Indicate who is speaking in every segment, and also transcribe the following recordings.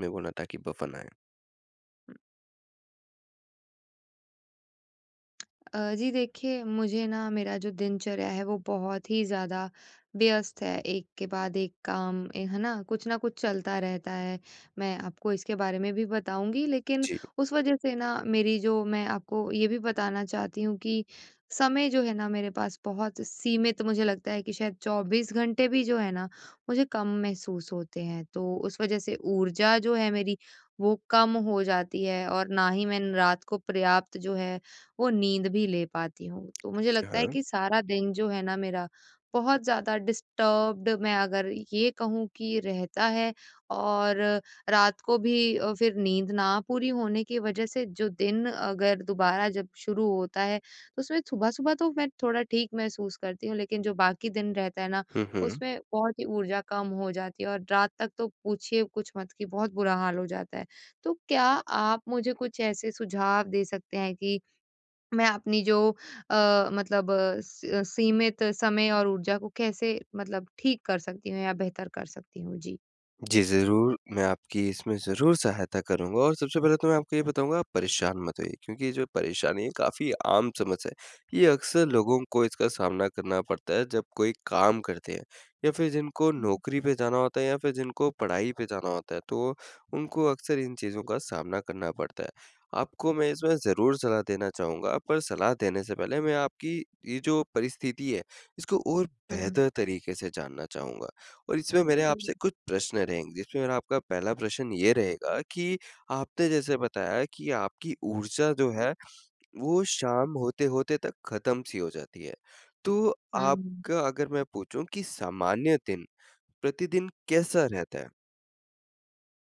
Speaker 1: में वो ना ताकि बफन आए।
Speaker 2: जी देखिए, मुझे ना मेरा जो दिनचर्या है वो बहुत ही ज़्यादा व्यस्त है, एक के बाद एक काम ए, है ना? कुछ ना कुछ चलता रहता है। मैं आपको इसके बारे में भी बताऊँगी, लेकिन
Speaker 1: जी,
Speaker 2: उस वज़ह से ना मेरी जो मैं आपको ये भी बताना चाहती हूँ कि समय जो है ना मेरे पास बहुत सीमित, मुझे लगता है कि शायद 24 घंटे भी जो है ना मुझे कम महसूस होते हैं। तो उस वज़ह से ऊर्जा जो है मेरी, वो कम हो जाती है और ना ही मैं रात को पर्याप्त जो है वो नींद भी ले पाती हूँ। तो मुझे
Speaker 1: जी,
Speaker 2: लगता है
Speaker 1: हाँ।
Speaker 2: कि सारा दिन जो है ना मेरा बहुत ज़्यादा डिस्टर्ब्ड, मैं अगर ये कहूँ कि रहता है, और रात को भी फिर नींद ना पूरी होने की वज़ह से जो दिन अगर दोबारा जब शुरू होता है, तो उसमें सुबह-सुबह तो मैं थोड़ा ठीक महसूस करती हूँ, लेकिन जो बाकी दिन रहता है ना,
Speaker 1: हुँ, हुँ।
Speaker 2: उसमें बहुत ही ऊर्जा कम हो जाती है, और रात तक तो पूछिए कुछ मत कि बहुत बुरा हाल हो जाता है। तो क्या आप मुझे कुछ ऐसे सुझाव दे सकते हैं कि मैं अपनी जो मतलब स सीमित समय और ऊर्जा को कैसे मतलब ठीक कर सकती हूँ या बेहतर कर सकती हूँ? जी।
Speaker 1: जी, ज़रूर, मैं आपकी इसमें ज़रूर सहायता करूँगा। और सबसे पहले तो मैं आपको ये बताऊँगा, आप परेशान मत होइए क्योंकि ये जो परेशानी है काफ़ी आम समस्या है। ये अक्सर लोगों को इसका सामना करना पड़ता है, जब कोई काम करते हैं या फिर जिनको
Speaker 2: हुँ।
Speaker 1: नौकरी पे जाना होता है या फिर जिनको पढ़ाई पे जाना होता है, तो उनको अक्सर इन चीज़ों का सामना करना पड़ता है। आपको मैं इसमें ज़रूर सलाह देना चाहूँगा, पर सलाह देने से पहले मैं आपकी ये जो परिस्थिति है, इसको और
Speaker 2: हुँ।
Speaker 1: बेहतर तरीके से जानना चाहूँगा। और इसमें मेरे
Speaker 2: हुँ।
Speaker 1: आपसे कुछ प्रश्न रहेंगे, जिसमें मेरा आपका पहला प्रश्न ये रहेगा कि आपने जैसे बताया कि आपकी ऊर्जा जो है, वो शाम होते-होते तक ख़त्म-सी हो जाती है। तो
Speaker 2: हुँ।
Speaker 1: आपका अगर मैं पूछूँ कि सामान्य दिन, प्रतिदिन कैसा रहता है?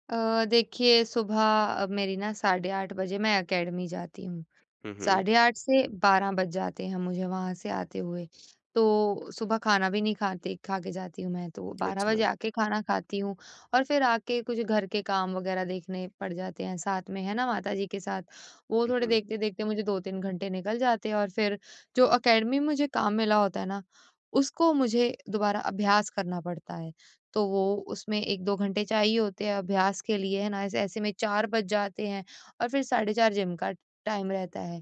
Speaker 2: देखिए सुबह मेरी ना 8:30 बजे मैं एकेडमी जाती हूँ।
Speaker 1: हुँ, हुँ।
Speaker 2: साढ़े 8 से 12 बज जाते हैं मुझे वहाँ से आते हुए। तो सुबह खाना भी नहीं खाते, खा के जाती हूँ मैं, तो 12
Speaker 1: अच्छा।
Speaker 2: बजे आके खाना खाती हूँ और फिर आके कुछ घर के काम वग़ैरह देखने पड़ जाते हैं साथ में, है ना, माताजी के साथ। वो
Speaker 1: हुँ,
Speaker 2: थोड़े
Speaker 1: हुँ।
Speaker 2: देखते-देखते मुझे 2-3 घंटे निकल जाते हैं, और फिर जो अकेडमी में मुझे काम मिला होता है ना, उसको मुझे दोबारा अभ्यास करना पड़ता है। तो वो उसमें 1-2 घंटे चाहिए होते हैं अभ्यास के लिए, है ना? ऐसे ऐसे में 4 बज जाते हैं और फिर साढ़े 4 जिम का टाइम रहता है।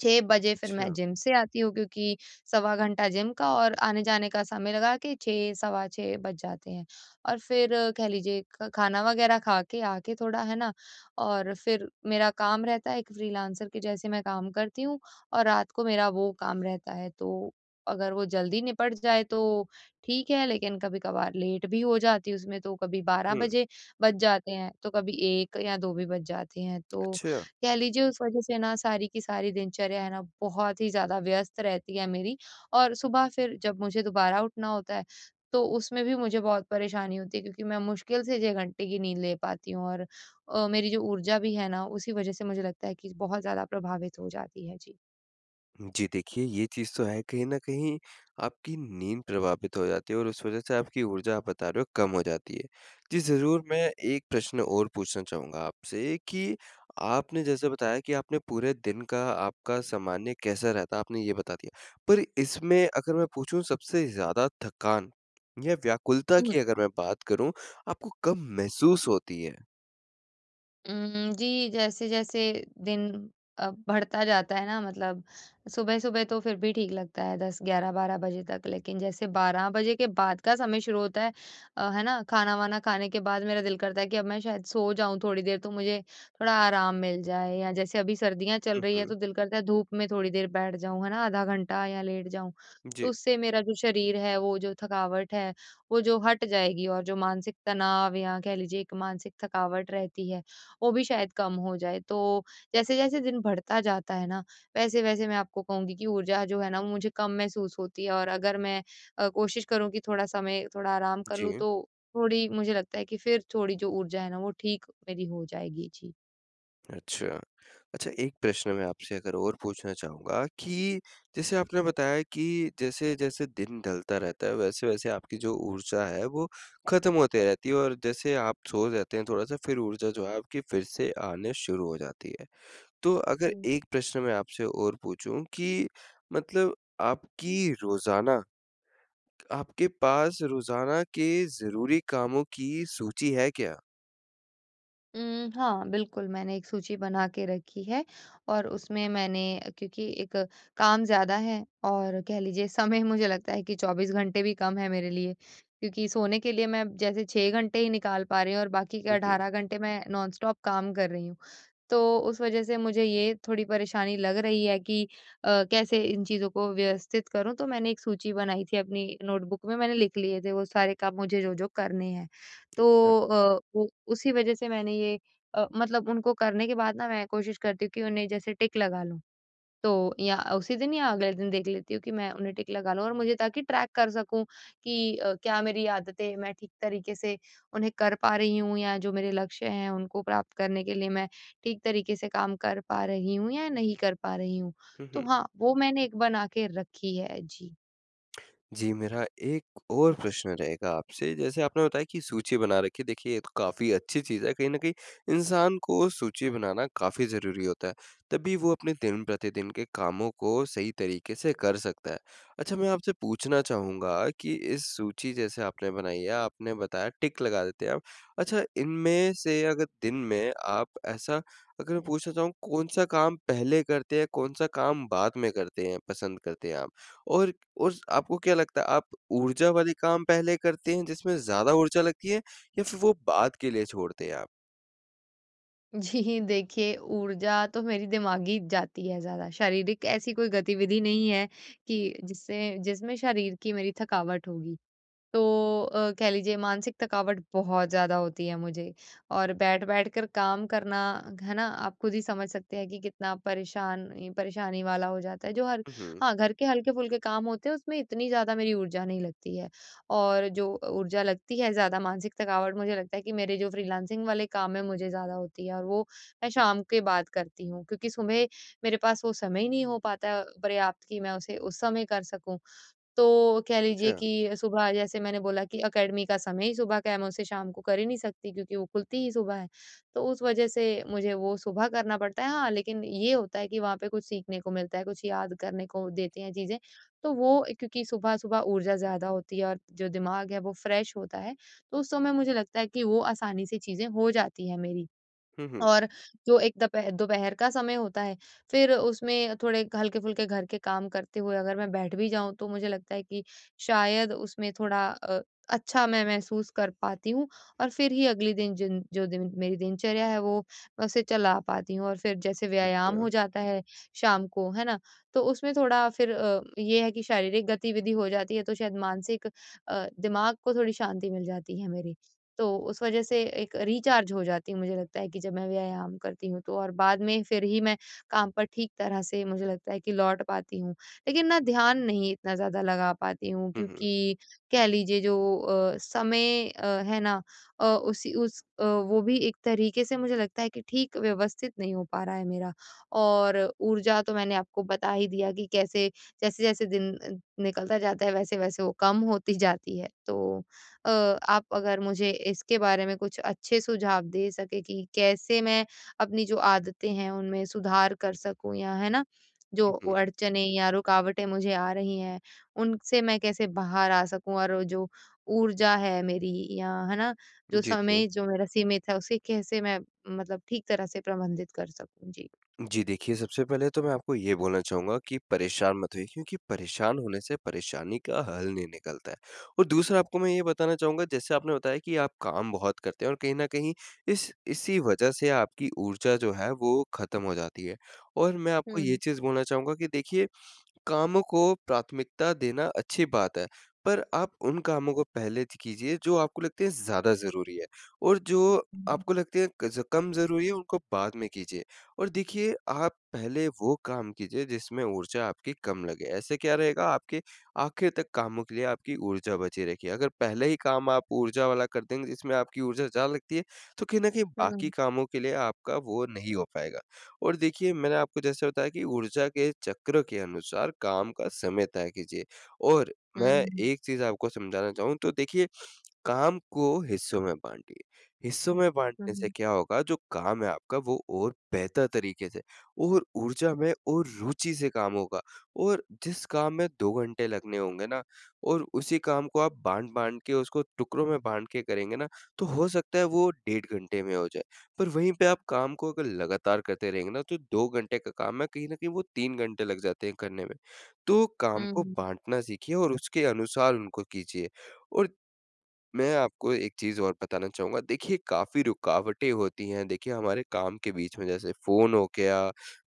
Speaker 2: 6 बजे फिर
Speaker 1: अच्छा।
Speaker 2: मैं जिम से आती हूँ क्योंकि सवा घंटा जिम का और आने-जाने का समय लगा के 6 सवा 6 बज जाते हैं। और फिर कह लीजिए ख खाना वगैरह खा के आके थोड़ा, है ना? और फिर मेरा काम रहता है एक फ्रीलांसर के जैसे मैं काम करती हूँ, और रात को मेरा वो काम रहता है। तो अगर वो जल्दी निपट जाए तो ठीक है, लेकिन कभी-कभार लेट भी हो जाती हूँ उसमें, तो कभी 12
Speaker 1: हुँ,
Speaker 2: बजे बज जाते हैं, तो कभी 1 या 2 भी बज जाते हैं। तो
Speaker 1: अच्छा।
Speaker 2: कह लीजिए उस वज़ह से ना सारी की सारी दिनचर्या है ना बहुत ही ज़्यादा व्यस्त रहती है मेरी, और सुबह फिर जब मुझे दोबारा उठना होता है, तो उसमें भी मुझे बहुत परेशानी होती है क्योंकि मैं मुश्किल से 6 घंटे की नींद ले पाती हूँ, और मेरी जो ऊर्जा भी है ना उसी वज़ह से मुझे लगता है कि बहुत ज़्यादा प्रभावित हो जाती है। जी।
Speaker 1: जी देखिए, ये चीज़ तो है कहीं न कहीं आपकी नींद प्रभावित हो जाती है और उस वज़ह से आपकी ऊर्जा आप बता रहे हो कम हो जाती है। जी ज़रूर, मैं एक प्रश्न और पूछना चाहूँगा आपसे कि आपने जैसे बताया कि आपने पूरे दिन का आपका सामान्य कैसा रहता है आपने ये बता दिया। पर इसमें अगर मैं पूछूँ सबसे ज़्यादा थकान या व्याकुलता की अगर मैं बात करूँ, आपको कब महसूस होती है?
Speaker 2: जी, जैसे-जैसे दिन बढ़ता जाता है ना, मतलब सुबह-सुबह तो फिर भी ठीक लगता है 10-11-12 बजे तक, लेकिन जैसे 12 बजे के बाद का समय शुरू होता है है ना? खाना-वाना खाने के बाद मेरा दिल करता है कि अब मैं शायद सो जाऊँ थोड़ी देर, तो मुझे थोड़ा आराम मिल जाए, या जैसे अभी सर्दियाँ चल
Speaker 1: हुँ,
Speaker 2: रही है,
Speaker 1: हुँ।
Speaker 2: तो दिल करता है धूप में थोड़ी देर बैठ जाऊँ, है ना? आधा घंटा या लेट जाऊँ। तो
Speaker 1: जी,
Speaker 2: उससे मेरा जो शरीर है, वो जो थकावट है, वो जो हट जाएगी, और जो मानसिक तनाव या कह लीजिए एक मानसिक थकावट रहती है, वो भी शायद कम हो जाए। तो जैसे-जैसे दिन बढ़ता जाता है ना, वैसे-वैसे मैं आपको कहूँगी कि ऊर्जा जो है ना, वो मुझे कम महसूस होती है, और अगर मैं कोशिश करूँ कि थोड़ा समय थोड़ा आराम कर लूँ,
Speaker 1: जी।
Speaker 2: तो थोड़ी मुझे लगता है कि फिर थोड़ी जो ऊर्जा है ना, वो ठीक मेरी हो जाएगी। जी।
Speaker 1: अच्छा। अच्छा, एक प्रश्न मैं आपसे अगर और पूछना चाहूँगा कि जैसे आपने बताया कि जैसे-जैसे दिन ढलता रहता है, वैसे-वैसे आपकी जो ऊर्जा है वो ख़त्म होते रहती है और जैसे आप सो जाते हैं थोड़ा-सा फिर ऊर्जा जो है आपकी फिर से आने शुरू हो जाती है। तो अगर एक प्रश्न मैं आपसे और पूछूँ कि मतलब आपकी रोज़ाना आपके पास रोज़ाना के ज़रूरी कामों की सूची है क्या?
Speaker 2: हाँ, बिल्कुल, मैंने एक सूची बना के रखी है, और उसमें मैंने, क्योंकि एक काम ज़्यादा है और कह लीजिए समय मुझे लगता है कि 24 घंटे भी कम है मेरे लिए, क्योंकि सोने के लिए मैं जैसे 6 घंटे ही निकाल पा रही हूँ और बाकी के
Speaker 1: हुँ, हुँ।
Speaker 2: 18 घंटे मैं नॉनस्टॉप काम कर रही हूँ। तो उस वज़ह से मुझे ये थोड़ी परेशानी लग रही है कि कैसे इन चीज़ों को व्यवस्थित करूँ। तो मैंने एक सूची बनाई थी अपनी नोटबुक में, मैंने लिख लिए थे वो सारे काम मुझे जो-जो करने हैं।
Speaker 1: अच्छा।
Speaker 2: तो वो उसी वज़ह से मैंने ये मतलब उनको करने के बाद ना मैं कोशिश करती हूँ कि उन्हें जैसे टिक लगा लूँ। तो या उसी दिन या अगले दिन देख लेती हूँ कि मैं उन्हें टिक लगा लूँ, और मुझे ताकि ट्रैक कर सकूँ कि क्या मेरी आदतें मैं ठीक तरीके से उन्हें कर पा रही हूँ, या जो मेरे लक्ष्य हैं उनको प्राप्त करने के लिए मैं ठीक तरीके से काम कर पा रही हूँ या नहीं कर पा रही हूँ।
Speaker 1: हुँ,
Speaker 2: तो
Speaker 1: हुँ।
Speaker 2: हाँ, वो मैंने एक बना के रखी है। जी।
Speaker 1: जी, मेरा एक और प्रश्न रहेगा आपसे, जैसे आपने बताया कि सूची बना रखी है, देखिए ये तो काफ़ी अच्छी चीज़ है, कहीं न कहीं इंसान को सूची बनाना काफ़ी ज़रूरी होता है, तभी वो अपने दिन-प्रतिदिन के कामों को सही तरीके से कर सकता है। अच्छा, मैं आपसे पूछना चाहूँगा कि इस सूची जैसे आपने बनाई है, आपने बताया टिक लगा देते हैं आप, अच्छा इनमें से अगर दिन में आप ऐसा अगर मैं पूछना चाहूँ, कौन-सा काम पहले करते हैं, कौन-सा काम बाद में करते हैं, पसंद करते हैं आप? और उस आपको क्या लगता है, आप ऊर्जा वाले काम पहले करते हैं जिसमें ज़्यादा ऊर्जा लगती है या फिर वो बाद के लिए छोड़ते हैं आप?
Speaker 2: जी, देखिए ऊर्जा तो मेरी दिमागी जाती है ज़्यादा, शारीरिक ऐसी कोई गतिविधि नहीं है कि जिससे जिसमें शरीर की मेरी थकावट होगी। तो कह लीजिए मानसिक थकावट बहुत ज़्यादा होती है मुझे, और बैठ-बैठ कर काम करना, है ना? आप खुद ही समझ सकते हैं कि कितना परेशानी वाला हो जाता है। जो हर
Speaker 1: हुँ, हुँ।
Speaker 2: हाँ, घर के हल्के-फुल्के काम होते हैं उसमें इतनी ज़्यादा मेरी ऊर्जा नहीं लगती है, और जो ऊर्जा लगती है ज़्यादा मानसिक थकावट मुझे लगता है कि मेरे जो फ्रीलांसिंग वाले काम है मुझे ज़्यादा होती है, और वो मैं शाम के बाद करती हूँ क्योंकि सुबह मेरे पास वो समय ही नहीं हो पाता पर्याप्त कि मैं उसे उस समय कर सकूँ। तो कह लीजिए
Speaker 1: अच्छा।
Speaker 2: कि सुबह जैसे मैंने बोला कि एकेडमी का समय ही सुबह का है, मैं उसे शाम को कर ही नहीं सकती क्योंकि वो खुलती ही सुबह है। तो उस वज़ह से मुझे वो सुबह करना पड़ता है। हाँ, लेकिन ये होता है कि वहाँ पे कुछ सीखने को मिलता है, कुछ याद करने को देते हैं चीज़ें। तो वो, क्योंकि सुबह-सुबह ऊर्जा ज़्यादा होती है और जो दिमाग है वो फ्रेश होता है, तो उस समय मुझे लगता है कि वो आसानी से चीज़ें हो जाती हैं मेरी।
Speaker 1: हुँ, हुँ।
Speaker 2: और जो एक दपह दोपहर का समय होता है, फिर उसमें थोड़े हल्के-फुल्के घर के काम करते हुए अगर मैं बैठ भी जाऊँ, तो मुझे लगता है कि शायद उसमें थोड़ा अच्छा मैं महसूस कर पाती हूँ, और फिर ही अगले दिन जिन जो दिन मेरी दिनचर्या है, वो मैं उसे चला पाती हूँ, और फिर जैसे व्यायाम
Speaker 1: अच्छा।
Speaker 2: हो जाता है शाम को, है ना? तो उसमें थोड़ा फिर ये है कि शारीरिक गतिविधि हो जाती है, तो शायद मानसिक दिमाग को थोड़ी शांति मिल जाती है मेरे। तो उस वज़ह से एक रिचार्ज हो जाती हूँ, मुझे लगता है कि जब मैं व्यायाम करती हूँ तो, और बाद में फिर ही मैं काम पर ठीक तरह से मुझे लगता है कि लौट पाती हूँ। लेकिन ना ध्यान नहीं इतना ज़्यादा लगा पाती हूँ
Speaker 1: हुँ, हुँ।
Speaker 2: क्योंकि कह लीजिए जो समय है ना उसी उस वो भी एक तरीके से मुझे लगता है कि ठीक व्यवस्थित नहीं हो पा रहा है मेरा। और ऊर्जा तो मैंने आपको बता ही दिया कि कैसे जैसे-जैसे दिन निकलता जाता है वैसे-वैसे वो कम होती जाती है। तो अ, आप अगर मुझे इसके बारे में कुछ अच्छे सुझाव दे सके कि कैसे मैं अपनी जो आदतें हैं उनमें सुधार कर सकूँ, या है ना, जो
Speaker 1: हुँ, हुँ।
Speaker 2: अड़चनें या रुकावटें मुझे आ रही हैं, उनसे मैं कैसे बाहर आ सकूँ, और जो ऊर्जा है मेरी, या है ना, जो
Speaker 1: जी, जी।
Speaker 2: समय जो मेरा सीमित है उसे कैसे मैं मतलब ठीक तरह से प्रबंधित कर सकूँ? जी।
Speaker 1: जी, देखिए सबसे पहले तो मैं आपको ये बोलना चाहूँगा कि परेशान मत होइए क्योंकि परेशान होने से परेशानी का हल नहीं निकलता है। और दूसरा, आपको मैं ये बताना चाहूँगा, जैसे आपने बताया कि आप काम बहुत करते हैं और कहीं न कहीं इस इसी वजह से आपकी ऊर्जा जो है वो ख़त्म हो जाती है। और मैं आपको ये
Speaker 2: हुँ,
Speaker 1: चीज़ बोलना चाहूँगा कि देखिए कामों को प्राथमिकता देना अच्छी बात है, पर आप उन कामों को पहले ज कीजिए जो आपको लगते हैं ज़्यादा ज़रूरी है और जो
Speaker 2: हुँ,
Speaker 1: आपको लगते हैं क ज कम ज़रूरी है उनको बाद में कीजिए और देखिए आप पहले वो काम कीजिए जिसमें ऊर्जा आपकी कम लगे। ऐसे क्या रहेगा, आपके आखिर तक कामों के लिए आपकी ऊर्जा बची रहेगी। अगर पहले ही काम आप ऊर्जा वाला कर देंगे जिसमें आपकी ऊर्जा ज़्यादा लगती है, तो कहीं न कहीं
Speaker 2: हुँ,
Speaker 1: बाकी कामों के लिए आपका वो नहीं हो पाएगा। और देखिए, मैंने आपको जैसे बताया कि ऊर्जा के चक्र के अनुसार काम का समय तय कीजिए और मैं
Speaker 2: हुँ,
Speaker 1: एक चीज़ आपको समझाना चाहूँ तो देखिए काम को हिस्सों में बाँटिए। हिस्सों में
Speaker 2: हुँ,
Speaker 1: बाँटने से
Speaker 2: हुँ,
Speaker 1: क्या होगा, जो काम है आपका वो और बेहतर तरीके से और ऊर्जा में और रुचि से काम होगा और जिस काम में 2 घंटे लगने होंगे ना और उसी काम को आप बाँट-बाँट के उसको टुकड़ों में बाँट के करेंगे ना, तो हो सकता है वो 1.5 घंटे में हो जाए। पर वहीं पे आप काम को अगर लगातार करते रहेंगे ना, तो 2 घंटे का काम है कहीं न कहीं वो 3 घंटे लग जाते हैं करने में। तो काम को बाँटना सीखिए और उसके अनुसार उनको कीजिए। और मैं आपको एक चीज़ और बताना चाहूँगा। देखिए, काफ़ी रुकावटें होती हैं। देखिए, हमारे काम के बीच में जैसे फ़ोन हो गया,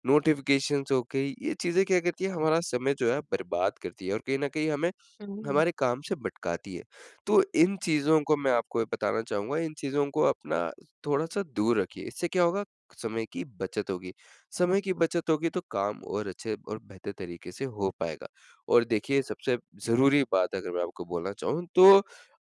Speaker 1: नोटिफ़िकेशंस हो गई, ये चीज़ें क्या करती हैं, हमारा समय जो है बर्बाद करती है और कहीं न कहीं हमें
Speaker 2: हुँ,
Speaker 1: हमारे काम से भटकाती है। तो इन चीज़ों को मैं आपको ये बताना चाहूँगा, इन चीज़ों को अपना थोड़ा-सा दूर रखिए। इससे क्या होगा, समय की बचत होगी। समय की बचत होगी तो काम और अच्छे और बेहतर तरीके से हो पाएगा। और देखिए, सबसे ज़रूरी बात अगर मैं आपको बोलना चाहूँ तो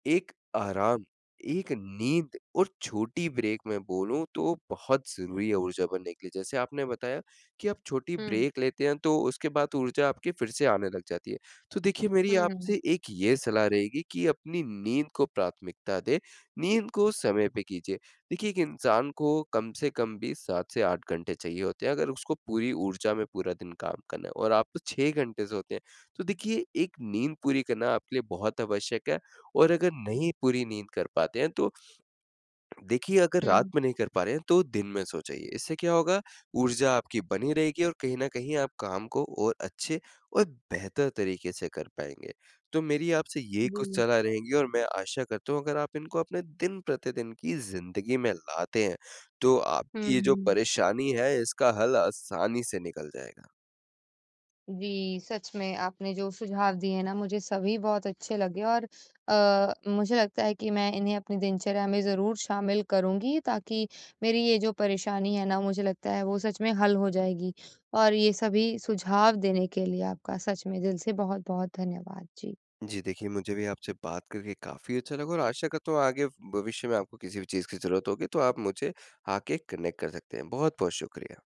Speaker 1: एक आराम, एक नींद और छोटी ब्रेक मैं बोलूँ तो बहुत ज़रूरी है ऊर्जा बनने के लिए। जैसे आपने बताया कि आप छोटी
Speaker 2: हुँ,
Speaker 1: ब्रेक लेते हैं, तो उसके बाद ऊर्जा आपके फिर से आने लग जाती है। तो देखिए मेरी
Speaker 2: हुँ,
Speaker 1: आपसे एक ये सलाह रहेगी कि अपनी नींद को प्राथमिकता दें, नींद को समय पे कीजिए। देखिए, एक इंसान को कम से कम भी 7 से 8 घंटे चाहिए होते हैं अगर उसको पूरी ऊर्जा में पूरा दिन काम करना है, और आप तो 6 घंटे सोते हैं। तो देखिए एक नींद पूरी करना आपके लिए बहुत आवश्यक है और अगर नहीं पूरी नींद कर पाते हैं, तो देखिए अगर रात
Speaker 2: हुँ,
Speaker 1: में नहीं कर पा रहे हैं तो दिन में सो जाइए। इससे क्या होगा, ऊर्जा आपकी बनी रहेगी और कहीं न कहीं आप काम को और अच्छे और बेहतर तरीके से कर पाएँगे। तो मेरी आपसे ये कुछ
Speaker 2: जी,
Speaker 1: सलाह रहेंगी और मैं आशा करता हूँ अगर आप इनको अपने दिन-प्रतिदिन की ज़िंदगी में लाते हैं, तो आपकी ये जो
Speaker 2: हुँ।
Speaker 1: परेशानी है इसका हल आसानी से निकल जाएगा।
Speaker 2: जी, सच में आपने जो सुझाव दिए ना मुझे सभी बहुत अच्छे लगे, और मुझे लगता है कि मैं इन्हें अपनी दिनचर्या में ज़रूर शामिल करूँगी, ताकि मेरी ये जो परेशानी है ना मुझे लगता है वो सच में हल हो जाएगी। और ये सभी सुझाव देने के लिए आपका सच में दिल से बहुत-बहुत धन्यवाद। जी।
Speaker 1: जी, देखिए मुझे भी आपसे बात करके काफ़ी अच्छा लगा और आशा करता हूँ आगे भविष्य में आपको किसी भी चीज़ की ज़रूरत होगी तो आप मुझे आके कनेक्ट कर सकते हैं। बहुत-बहुत शुक्रिया।